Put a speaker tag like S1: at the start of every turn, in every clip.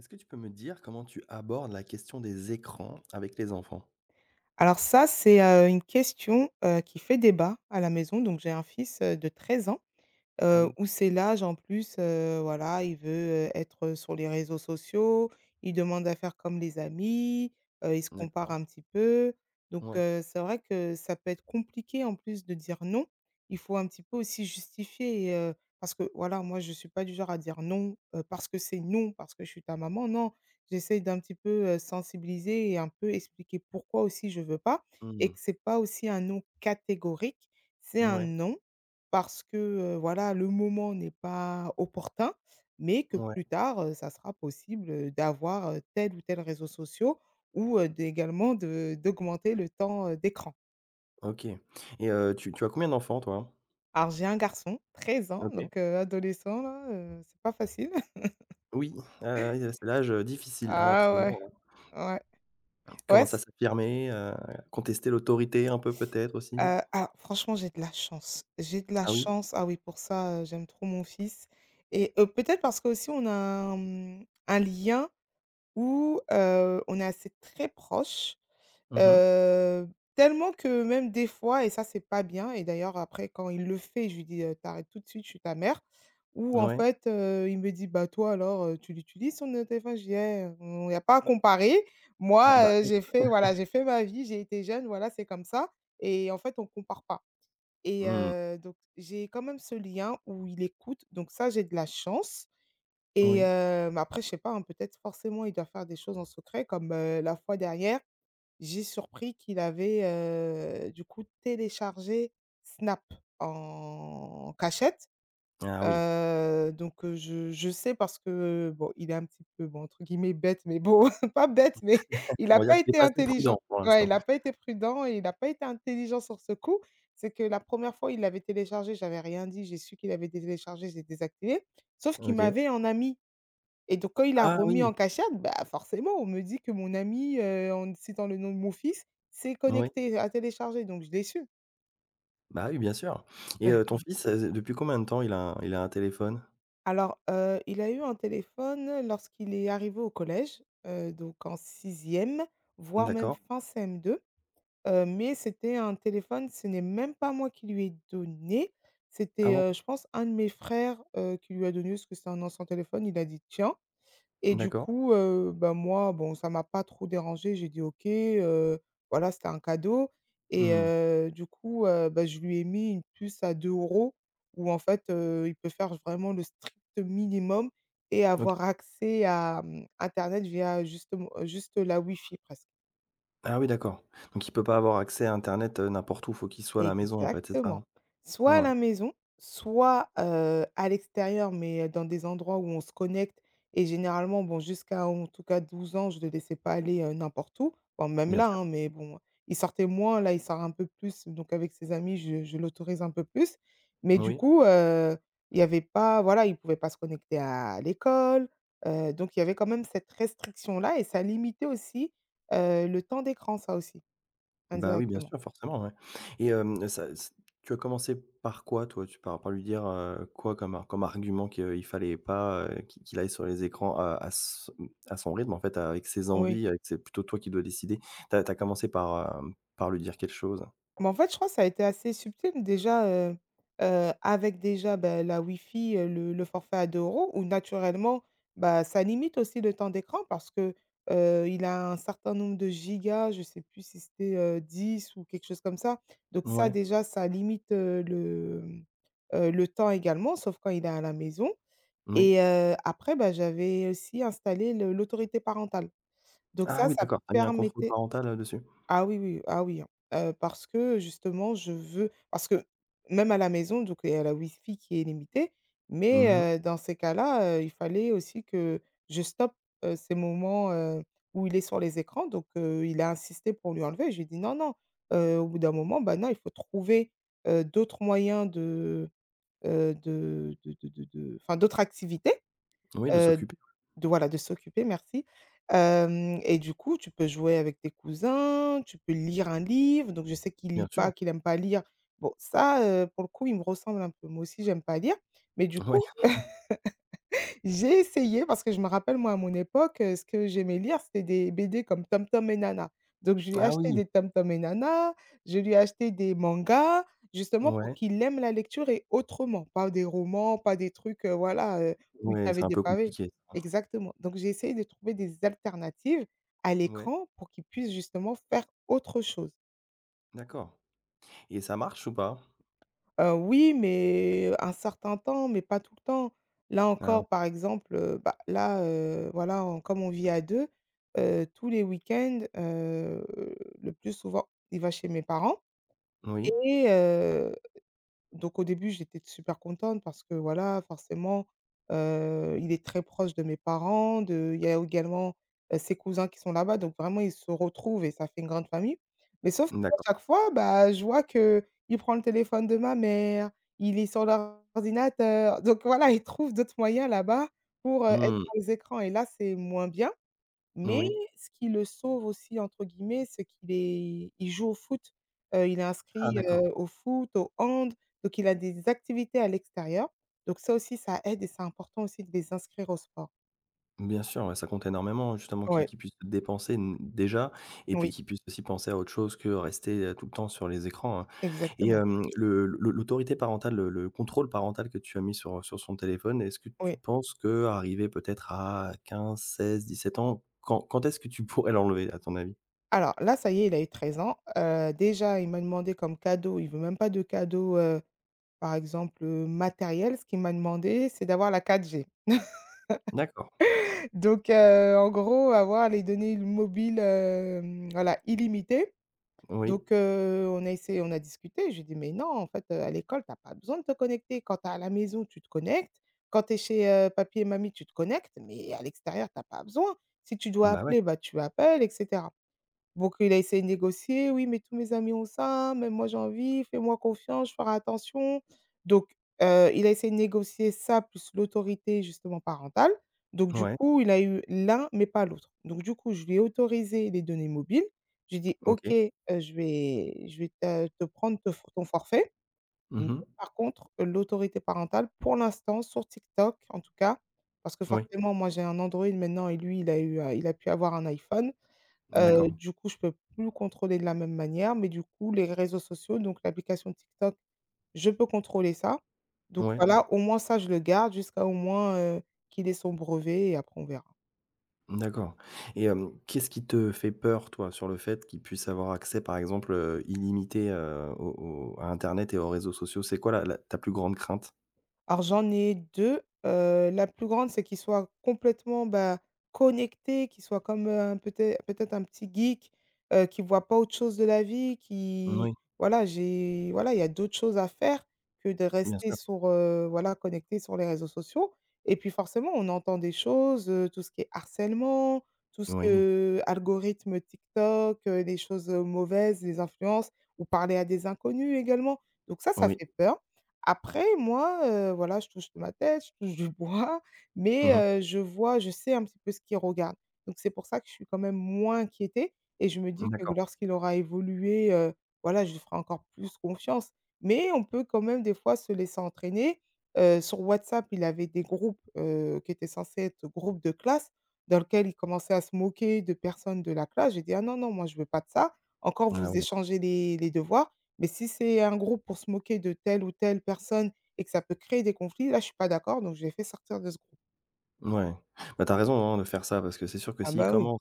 S1: Est-ce que tu peux me dire comment tu abordes la question des écrans avec les enfants?
S2: Alors ça, c'est, une question, qui fait débat à la maison. Donc j'ai un fils, de 13 ans.
S1: Ah oui,
S2: Ou c'est l'âge en plus, voilà, il veut, être, sur les réseaux sociaux, il demande à faire comme les amis, il se compare
S1: d'accord.
S2: un petit peu. Donc
S1: Ouais.
S2: c'est vrai que ça peut être compliqué en plus de dire non. Il faut un petit peu aussi justifier, et parce que voilà, moi je ne suis pas du genre à dire non, parce que c'est non, parce que je suis ta maman, non. J'essaie d'un petit peu, sensibiliser et un peu expliquer pourquoi aussi je veux pas, et
S1: Mmh.
S2: que c'est pas aussi un non catégorique, c'est un
S1: Ouais,
S2: non parce que, voilà, le moment n'est pas opportun, mais que
S1: ouais.
S2: plus tard, ça sera possible, d'avoir, tel ou tel réseau social, ou d'également de d'augmenter le temps, d'écran.
S1: OK. Et tu as combien d'enfants toi?
S2: Alors j'ai un garçon, 13 ans,
S1: OK.
S2: donc adolescent là, c'est pas facile.
S1: Oui, ah oui, c'est l'âge, difficile, hein,
S2: Ah
S1: très bien.
S2: ouais, ouais.
S1: Ils
S2: Ouais,
S1: commencent à
S2: c
S1: s'affirmer, contester l'autorité un peu peut-être aussi?
S2: alors franchement, j'ai de la chance. J'ai de la
S1: Ah oui?
S2: chance, ah oui, pour ça. J'aime trop mon fils, et peut-être parce que aussi on a un lien où, on est assez très proche.
S1: Mmh.
S2: Heu, Tellement que même des fois, et ça c'est pas bien, et d'ailleurs après quand il le fait, je lui dis: Tu tout de suite, je suis ta mère». Ou en
S1: Ouais.
S2: fait, il me dit: «Bah, toi alors, tu l'utilises ton, téléphone?» Je dis: «Eh, on il y a pas à comparer.
S1: Ah bah
S2: Moi,
S1: oui.
S2: j'ai fait voilà, j'ai fait ma vie, j'ai été jeune, voilà, c'est comme ça». Et en fait on compare pas, et
S1: Mmh.
S2: donc j'ai quand même ce lien où il écoute, donc ça j'ai de la chance. Et
S1: Oui.
S2: mais après je sais pas, hein, peut-être forcément il doit faire des choses en secret comme, la fois dernière j'ai surpris qu'il avait, du coup téléchargé Snap en cachette.
S1: Ah oui.
S2: Donc je sais parce que, bon, il est un petit peu, bon, entre guillemets «bête», mais bon, pas bête, mais il
S1: On
S2: a
S1: va dire
S2: pas
S1: qu'il est
S2: été
S1: pas assez
S2: intelligent.
S1: prudent pour
S2: Ouais,
S1: l'instant.
S2: il a pas été prudent et il a pas été intelligent sur ce coup. C'est que la première fois, il l'avait téléchargé, j'avais rien dit, j'ai su qu'il avait téléchargé, j'ai désactivé. Sauf qu'il
S1: OK.
S2: m'avait en ami. Et donc quand il l'a
S1: Ah
S2: remis en
S1: oui!
S2: cachette, bah, forcément, on me dit que mon ami, en citant le nom de mon fils, s'est
S1: Oui.
S2: connecté, à télécharger. Donc je l'ai su.
S1: Bah oui, bien sûr. Et ton fils, depuis combien de temps il a un téléphone?
S2: Alors, il a eu un téléphone lorsqu'il est arrivé au collège, donc en sixième, voire même
S1: D'accord.
S2: fin CM2, mais c'était un téléphone, ce n'est même pas moi qui lui ai donné.
S1: Ah
S2: C'était,
S1: bon?
S2: je pense, un de mes frères, qui lui a donné parce que c'est un ancien téléphone. Il a dit: «Tiens». Et du
S1: D'accord.
S2: coup, bah, moi, bon, ça m'a pas trop dérangé. J'ai dit: «OK, voilà, c'était un cadeau». Et
S1: Mmh.
S2: du coup, bah, je lui ai mis une puce à 2 €, où en fait, il peut faire vraiment le strict minimum et
S1: OK.
S2: avoir accès à internet via justement juste la wifi presque.
S1: Ah oui, d'accord. Donc il peut pas avoir accès à internet, n'importe où, faut qu'il soit à la maison en fait, c'est ça,
S2: Exactement.
S1: hein?
S2: Soit à
S1: Ouais,
S2: la maison, soit, à l'extérieur, mais, dans des endroits où on se connecte. Et généralement, bon, jusqu'à, en tout cas, 12 ans, je ne les laissais pas aller, n'importe où. Bon, même
S1: bien
S2: là,
S1: sûr.
S2: hein, mais bon, il sortait moins, là, il sort un peu plus, donc avec ses amis, je l'autorise un peu plus. Mais du
S1: Oui.
S2: coup, il y avait pas voilà, il ne pouvait pas se connecter à l'école. Donc il y avait quand même cette restriction-là, et ça limitait aussi, le temps d'écran, ça aussi,
S1: Bah, oui, bien
S2: indirectement.
S1: sûr, forcément, ouais. Et ça s tu as commencé par quoi toi? Tu par lui dire, quoi comme argument qu'il fallait pas, qu'il aille sur les écrans à son rythme en fait, avec ses
S2: Oui.
S1: envies, avec c'est plutôt toi qui dois décider. T'as as commencé par lui dire quelque chose?
S2: Mais en fait, je crois que ça a été assez subtil déjà. Avec déjà, bah, la wifi, le forfait à 2 €, où naturellement, bah, ça limite aussi le temps d'écran parce que, il a un certain nombre de gigas, je ne sais plus si c'était, 10 ou quelque chose comme ça. Donc ça
S1: Ouais,
S2: déjà, ça limite, le temps également, sauf quand il est à la maison.
S1: oui.
S2: Et après, bah, j'avais aussi installé le l'autorité parentale. Donc
S1: Ah
S2: ça,
S1: oui,
S2: ça
S1: d'accord, tu mis un contrôle
S2: permettait.
S1: parental, dessus?
S2: Ah oui, oui, ah oui, hein. Parce que justement, je veux parce que même à la maison, donc il y a la Wi-Fi qui est limitée.
S1: Mmh.
S2: Mais dans ces cas-là, il fallait aussi que je stoppe, ces moments, où il est sur les écrans. Donc il a insisté pour lui enlever. Je lui ai dit: «Non, non, au bout d'un moment, bah, non, il faut trouver, d'autres moyens de, enfin, d'autres activités».
S1: Oui, de
S2: Heu,
S1: s'occuper,
S2: de voilà, de s'occuper, merci. Hem Et du coup, tu peux jouer avec tes cousins, tu peux lire un livre. Donc je sais qu'il
S1: bien
S2: lit
S1: sûr.
S2: pas, qu'il aime pas lire. Bon ça, pour le coup, il me ressemble un peu. Moi aussi, j'aime pas lire. Mais du
S1: Ouais.
S2: coup j'ai essayé parce que je me rappelle, moi, à mon époque, ce que j'aimais lire, c'était des BD comme Tom Tom et Nana. Donc je lui ai
S1: Ah
S2: acheté
S1: oui!
S2: des Tom Tom et Nana, je lui ai acheté des mangas, justement pour
S1: Ouais.
S2: qu'il aime la lecture. Et autrement, pas des romans, pas des trucs, voilà, où il
S1: Ouais, c'est
S2: avait
S1: un
S2: des
S1: peu
S2: pavés.
S1: compliqué ça.
S2: Exactement. Donc j'ai essayé de trouver des alternatives à
S1: Ouais,
S2: l'écran pour qu'il puisse justement faire autre chose.
S1: d'accord. Et ça marche ou pas?
S2: Oui, mais un certain temps, mais pas tout le temps. Là
S1: Ah
S2: encore, par exemple, bah, là, voilà, on comme on vit à 2, tous les week-ends, le plus souvent, il va chez mes parents.
S1: oui?
S2: Et donc au début, j'étais super contente parce que voilà, forcément, il est très proche de mes parents, de il y a également, ses cousins qui sont là-bas, donc vraiment ils se retrouvent et ça fait une grande famille. Mais sauf qu'à
S1: D'accord.
S2: chaque fois, bah, je vois que il prend le téléphone de ma mère, il est sur l'ordinateur. Donc voilà, il trouve d'autres moyens là-bas pour, être
S1: Mmh,
S2: sur les écrans, et là, c'est moins bien. Mais
S1: oui.
S2: ce qui le «sauve» aussi entre guillemets, c'est qu'il est il joue au foot, il est
S1: Ah
S2: inscrit,
S1: d'accord.
S2: au foot, au hand, donc il a des activités à l'extérieur. Donc ça aussi, ça aide et c'est important aussi de les inscrire au sport.
S1: Bien sûr, ouais, ça compte énormément justement qu'ils
S2: Ouais,
S1: qu'ils puissent se dépenser n déjà et puis
S2: oui,
S1: qu'ils puissent aussi penser à autre chose que rester, tout le temps sur les écrans, hein. Et
S2: exactement,
S1: le l'autorité parentale, le contrôle parental que tu as mis sur son téléphone, est-ce que tu
S2: oui.
S1: penses que qu'arrivé peut-être à 15, 16, 17 ans, quand est-ce que tu pourrais l'enlever à ton avis?
S2: Alors là, ça y est, il a eu 13 ans. Déjà il m'a demandé comme cadeau, il veut même pas de cadeau, par exemple, matériel. Ce qu'il m'a demandé, c'est d'avoir la 4G.
S1: D'accord,
S2: Donc en gros, avoir les données mobiles, voilà, illimitées.
S1: oui.
S2: Donc on a essayé, on a discuté, je lui dit: «Mais non, en fait, à l'école, tu as pas besoin de te connecter. Quand tu es à la maison, tu te connectes. Quand tu es chez, papy et mamie, tu te connectes, mais à l'extérieur, tu as pas besoin. Si tu dois
S1: Bah, ouais.
S2: appeler, bah, tu appelles et cetera». Donc il a essayé de négocier: «Oui, mais tous mes amis ont ça, même moi j'ai envie, fais-moi confiance, je ferai attention». Donc il a essayé de négocier ça plus l'autorité justement parentale. Donc du
S1: Ouais,
S2: coup, il a eu l'un, mais pas l'autre. Donc du coup, je lui ai autorisé les données mobiles. J'ai dit: «OK,
S1: OK.
S2: je vais te prendre te ton forfait, mais
S1: Mmh.
S2: par contre, l'autorité parentale pour l'instant sur TikTok en tout cas». Parce que
S1: Oui,
S2: forcément moi j'ai un Android maintenant, et lui il a eu, il a pu avoir un iPhone.
S1: d'accord.
S2: Du coup, je peux plus contrôler de la même manière, mais du coup, les réseaux sociaux, donc l'application TikTok, je peux contrôler ça. Donc
S1: Ouais,
S2: voilà, au moins ça, je le garde jusqu'à au moins, qu'il ait son brevet, et après on verra.
S1: d'accord. Et qu'est-ce qui te fait peur, toi, sur le fait qu'ils puissent avoir accès, par exemple, illimité, au au à internet et aux réseaux sociaux? C'est quoi la la ta plus grande crainte?
S2: Alors j'en ai 2. La plus grande, c'est qu'ils soient complètement, bah, connectés, qu'ils soient comme, un peut-être un petit geek, qui voit pas autre chose de la vie, qui
S1: Oui,
S2: voilà, j'ai voilà, il y a d'autres choses à faire que de
S1: bien
S2: rester
S1: sûr.
S2: sur, voilà, connecté sur les réseaux sociaux. Et puis forcément, on entend des choses, tout ce qui est harcèlement, tout ce
S1: Oui,
S2: que algorithme TikTok, les choses, mauvaises, des influences ou parler à des inconnus également. Donc ça
S1: oui.
S2: fait peur. Après moi, voilà, je touche de ma tête, je touche du bois,
S1: Mmh.
S2: mais je vois, je sais un petit peu ce qu'il regarde. Donc c'est pour ça que je suis quand même moins inquiétée et je me dis que
S1: D'accord.
S2: lorsqu'il aura évolué, voilà, je lui ferai encore plus confiance. Mais on peut quand même des fois se laisser entraîner. Sur WhatsApp, il avait des groupes, qui étaient censés être groupes de classe dans lequel il commençait à se moquer de personnes de la classe. J'ai dit: «Ah non, non, moi je veux pas de ça. Encore
S1: Ah
S2: vous
S1: ouais.
S2: échangez les devoirs, mais si c'est un groupe pour se moquer de telle ou telle personne et que ça peut créer des conflits, là, je suis pas d'accord, donc je les fais sortir de ce groupe.
S1: Ouais. Bah, t'as raison, hein, de faire ça parce que c'est sûr que
S2: Ah
S1: s'ils
S2: bah oui,
S1: commencent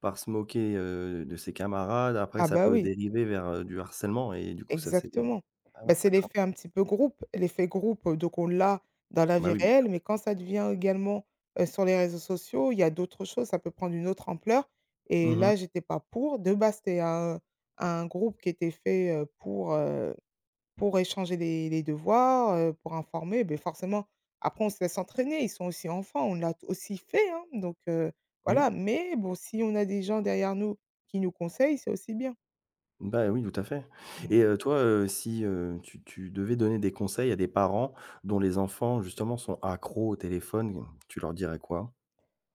S1: par se moquer, de ses camarades, après
S2: ah
S1: ça
S2: bah
S1: peut
S2: oui,
S1: dériver vers, du harcèlement et du coup ça c'est
S2: exactement.
S1: ah
S2: Bah,
S1: ouais, ça
S2: c'est
S1: craint.
S2: l'effet un petit peu groupe. L'effet groupe, donc on l'a dans la
S1: Bah
S2: vie
S1: oui, bien sûr.
S2: réelle, mais quand ça devient également, sur les réseaux sociaux, il y a d'autres choses, ça peut prendre une autre ampleur et
S1: Mmh.
S2: là, j'étais pas pour. De base, c'était un groupe qui était fait, pour, pour échanger les devoirs, pour informer, beh, forcément, après on se laisse entraîner, ils sont aussi enfants, on l'a t aussi fait, hein,
S1: Oui.
S2: voilà, mais bon, si on a des gens derrière nous qui nous conseillent, c'est aussi bien.
S1: Bah, oui, tout à fait.
S2: Mmh.
S1: Et toi, si, tu devais donner des conseils à des parents dont les enfants justement sont accros au téléphone, tu leur dirais quoi?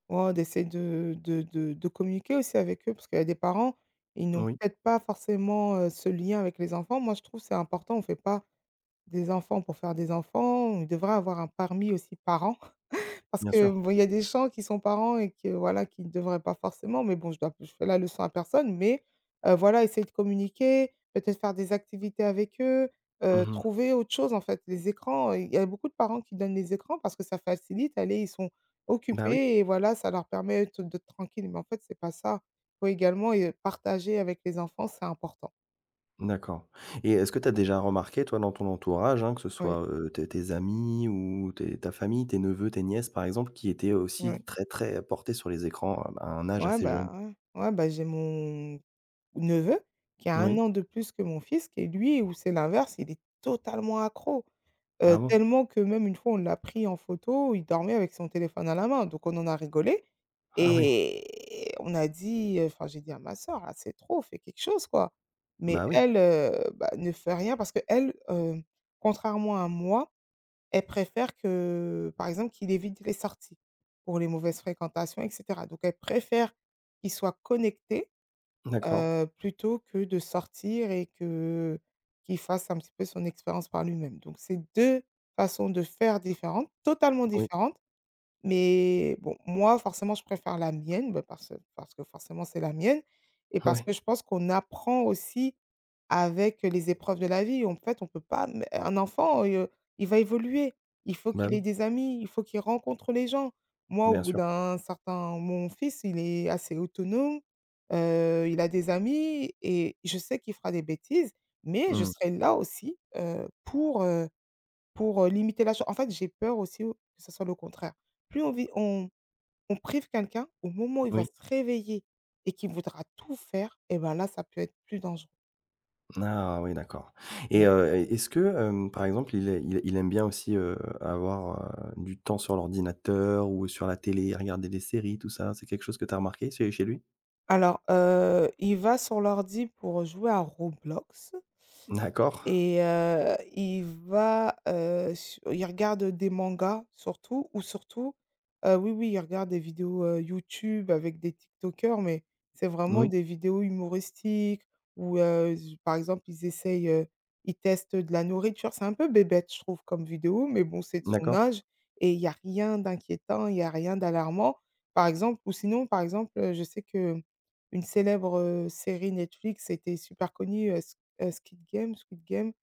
S2: Oh, d'essayer de communiquer aussi avec eux parce qu'il y a des parents, ils n'ont
S1: Oui,
S2: peut-être pas forcément, ce lien avec les enfants. Moi, je trouve que c'est important, on ne fait pas des enfants pour faire des enfants, on devrait avoir un parmi aussi parents. Parce
S1: bien
S2: que
S1: sûr.
S2: bon, il y a des gens qui sont parents et que voilà, qui ne devraient pas forcément, mais bon, je fais la leçon à personne, mais voilà, essayer de communiquer, peut-être faire des activités avec eux,
S1: Mmh.
S2: trouver autre chose en fait. Les écrans, il y a beaucoup de parents qui donnent les écrans parce que ça facilite, allez, ils sont
S1: Bah, oui,
S2: occupés et voilà, ça leur permet d'être tranquilles, mais en fait, c'est pas ça. Il faut également, partager avec les enfants, c'est important.
S1: d'accord. Et est-ce que tu as déjà remarqué toi dans ton entourage, hein, que ce
S2: Oui,
S1: soit, tes amis ou tes ta famille, tes neveux, tes nièces par exemple, qui étaient aussi
S2: oui.
S1: très, très portés sur les écrans à un âge
S2: Ouais,
S1: assez jeune?
S2: bah, ouais. Ouais, bah, j'ai mon neveu qui a un
S1: Oui.
S2: an de plus que mon fils, qui est lui où c'est l'inverse, il est totalement accro,
S1: Ah bon?
S2: tellement que même une fois on l'a pris en photo, il dormait avec son téléphone à la main, donc on en a rigolé
S1: Ah oui.
S2: et on a dit, enfin j'ai dit à ma soeur: c'est trop, fais quelque chose quoi». Mais
S1: Bah, oui,
S2: elle, bah, ne fait rien parce qu'elle, contrairement à moi, elle préfère que, par exemple, qu'il évite les sorties pour les mauvaises fréquentations et cetera. Donc elle préfère qu'il soit connecté.
S1: d'accord.
S2: Plutôt que de sortir et que qu'il fasse un petit peu son expérience par lui-même. Donc c'est 2 façons de faire différentes, totalement
S1: Oui,
S2: différentes. Mais bon, moi, forcément, je préfère la mienne, bah, parce que forcément, c'est la mienne et parce
S1: oui,
S2: que je pense qu'on apprend aussi avec les épreuves de la vie. En fait, on peut pas m un enfant, il va évoluer. Il faut
S1: bah,
S2: qu'il ait
S1: oui,
S2: des amis, il faut qu'il rencontre les gens. Moi, au
S1: bien
S2: bout
S1: sûr.
S2: d'un certain mon fils, il est assez autonome, il a des amis et je sais qu'il fera des bêtises, mais je
S1: Mmh.
S2: serai là aussi, pour, limiter la chose. En fait, j'ai peur aussi que ce soit le contraire. Plus on vit on prive quelqu'un, au moment où il va
S1: Oui.
S2: se réveiller et qu'il voudra tout faire, et ben là, ça peut être plus dangereux.
S1: Ah oui, d'accord. Et
S2: Mmh.
S1: e est-ce que, par exemple, il est il aime bien aussi, avoir, du temps sur l'ordinateur ou sur la télé, regarder des séries, tout ça? C'est quelque chose que tu as remarqué chez lui?
S2: Alors, il va sur l'ordi pour jouer à Roblox.
S1: D'accord.
S2: Et il va, su il regarde des mangas surtout ou surtout, oui, oui, il regarde des vidéos, YouTube avec des TikTokers, mais c'est vraiment
S1: Oui,
S2: des vidéos humoristiques où, z par exemple, ils essayent, ils testent de la nourriture. C'est un peu bébête, je trouve, comme vidéo, mais bon, c'est de son
S1: d'accord.
S2: âge et il y a rien d'inquiétant, il y a rien d'alarmant. Par exemple ou sinon, par exemple, je sais que une célèbre, série Netflix était super connue, Squid Game,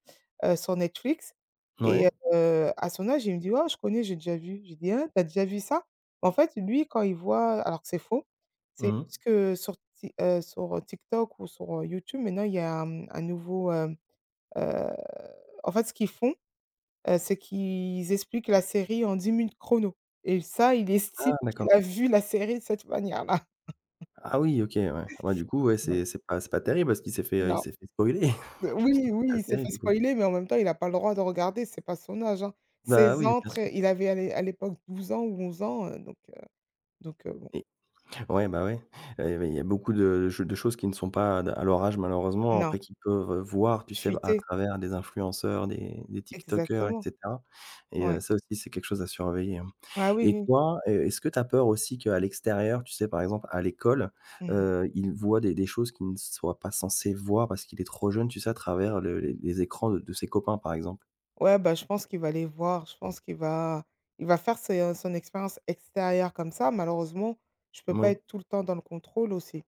S2: sur Netflix
S1: Ouais.
S2: et à son âge, il me dit: «Oh, je connais, j'ai déjà vu». Je dis: «Hein, t'as déjà vu ça?» En fait, lui, quand il voit alors que c'est faux, c'est
S1: Mmh.
S2: juste que sur Ti sur, TikTok ou sur, YouTube, maintenant, il y a, un nouveau, heu, en fait, ce qu'ils font, c'est qu'ils expliquent la série en 10 minutes chrono et ça, il estime
S1: Ah
S2: qu'il
S1: d'accord.
S2: a vu la série de cette manière-là.
S1: Ah oui, OK, ouais. Ouais, du coup, ouais,
S2: Voilà.
S1: c'est pas terrible parce qu'il s'est fait, heu, il
S2: Non.
S1: s'est fait spoiler. C'est pas
S2: Oui, oui,
S1: la
S2: il s'est
S1: série,
S2: fait
S1: du coup.
S2: spoiler, mais en même temps, il a pas le droit de regarder, c'est pas son âge, hein.
S1: Bah
S2: 16
S1: oui,
S2: ans,
S1: bien sûr.
S2: très il avait à l'é à l'époque 12 ans ou 11 ans, donc bon.
S1: Ouais, bah, ouais. Il y a beaucoup de choses qui ne sont pas d à leur âge malheureusement,
S2: Non,
S1: après qu'ils peuvent, voir, tu sais, à
S2: fuité,
S1: travers des influenceurs, des tiktokers et
S2: exactement.
S1: cetera. Et
S2: Ouais.
S1: ça aussi c'est quelque chose à surveiller, hein.
S2: Ah oui,
S1: Et
S2: oui. Oui.
S1: toi, est-ce que tu as peur aussi qu'à l'extérieur, tu sais, par exemple à l'école,
S2: Mmh.
S1: ils voient des choses qu'ils ne soient pas censés voir parce qu'il est trop jeune, tu sais, à travers le les écrans de ses copains, par exemple?
S2: Ouais, bah, je pense qu'il va les voir, je pense qu'il va il va faire ses, son expérience extérieure comme ça. Malheureusement, je peux pas
S1: Oui.
S2: être tout le temps dans le contrôle aussi.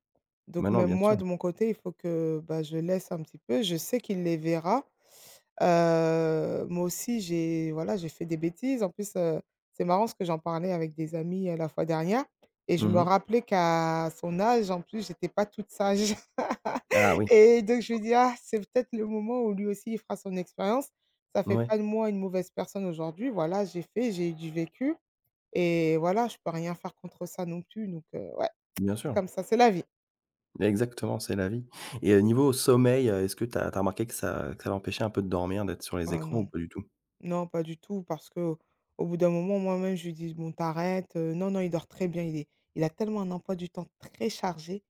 S2: Donc
S1: Maintenant,
S2: même
S1: bien
S2: moi,
S1: sûr.
S2: de mon côté, il faut que, bah, je laisse un petit peu. Je sais qu'il les verra. Moi aussi, j'ai voilà, j'ai fait des bêtises. En plus, c'est marrant parce que j'en parlais avec des amis, la fois dernière et je me
S1: Mmh.
S2: rappelais qu'à son âge, en plus, j'étais pas toute sage
S1: Ah oui,
S2: et donc je me dis: «Ah, c'est peut-être le moment où lui aussi il fera son expérience». Ça fait
S1: ouais,
S2: pas de moi une mauvaise personne aujourd'hui. Voilà, j'ai fait, j'ai eu du vécu et voilà, je peux rien faire contre ça non plus. Donc ouais,
S1: bien
S2: c'est
S1: sûr.
S2: comme ça, c'est la vie.
S1: Exactement, c'est la vie. Et niveau sommeil, est-ce que tu as remarqué que ça l'empêchait un peu de dormir, d'être sur les
S2: Ah
S1: écrans ou
S2: non,
S1: pas du tout?
S2: non, pas du tout parce que au bout d'un moment, moi-même, je lui dis: «Bon, tu arrêtes, non, non, il dort très bien. Il est il a tellement un emploi du temps très chargé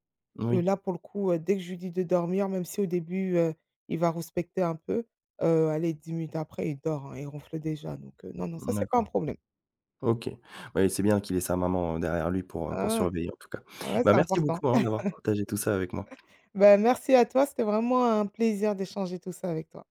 S2: que
S1: Oui,
S2: là, pour le coup, dès que je lui dis de dormir, même si au début, il va respecter un peu, allez 10 minutes après, il dort, hein, il ronfle déjà. Donc non, non, ça, c'est pas un
S1: d'accord.
S2: problème.
S1: OK. Ouais, c'est bien qu'il ait sa maman, derrière lui pour
S2: Ah,
S1: surveiller en tout cas.
S2: ouais,
S1: Bah,
S2: c'est
S1: merci
S2: important.
S1: beaucoup, hein, d'avoir partagé tout ça avec moi.
S2: Ben merci à toi, c'était vraiment un plaisir d'échanger tout ça avec toi.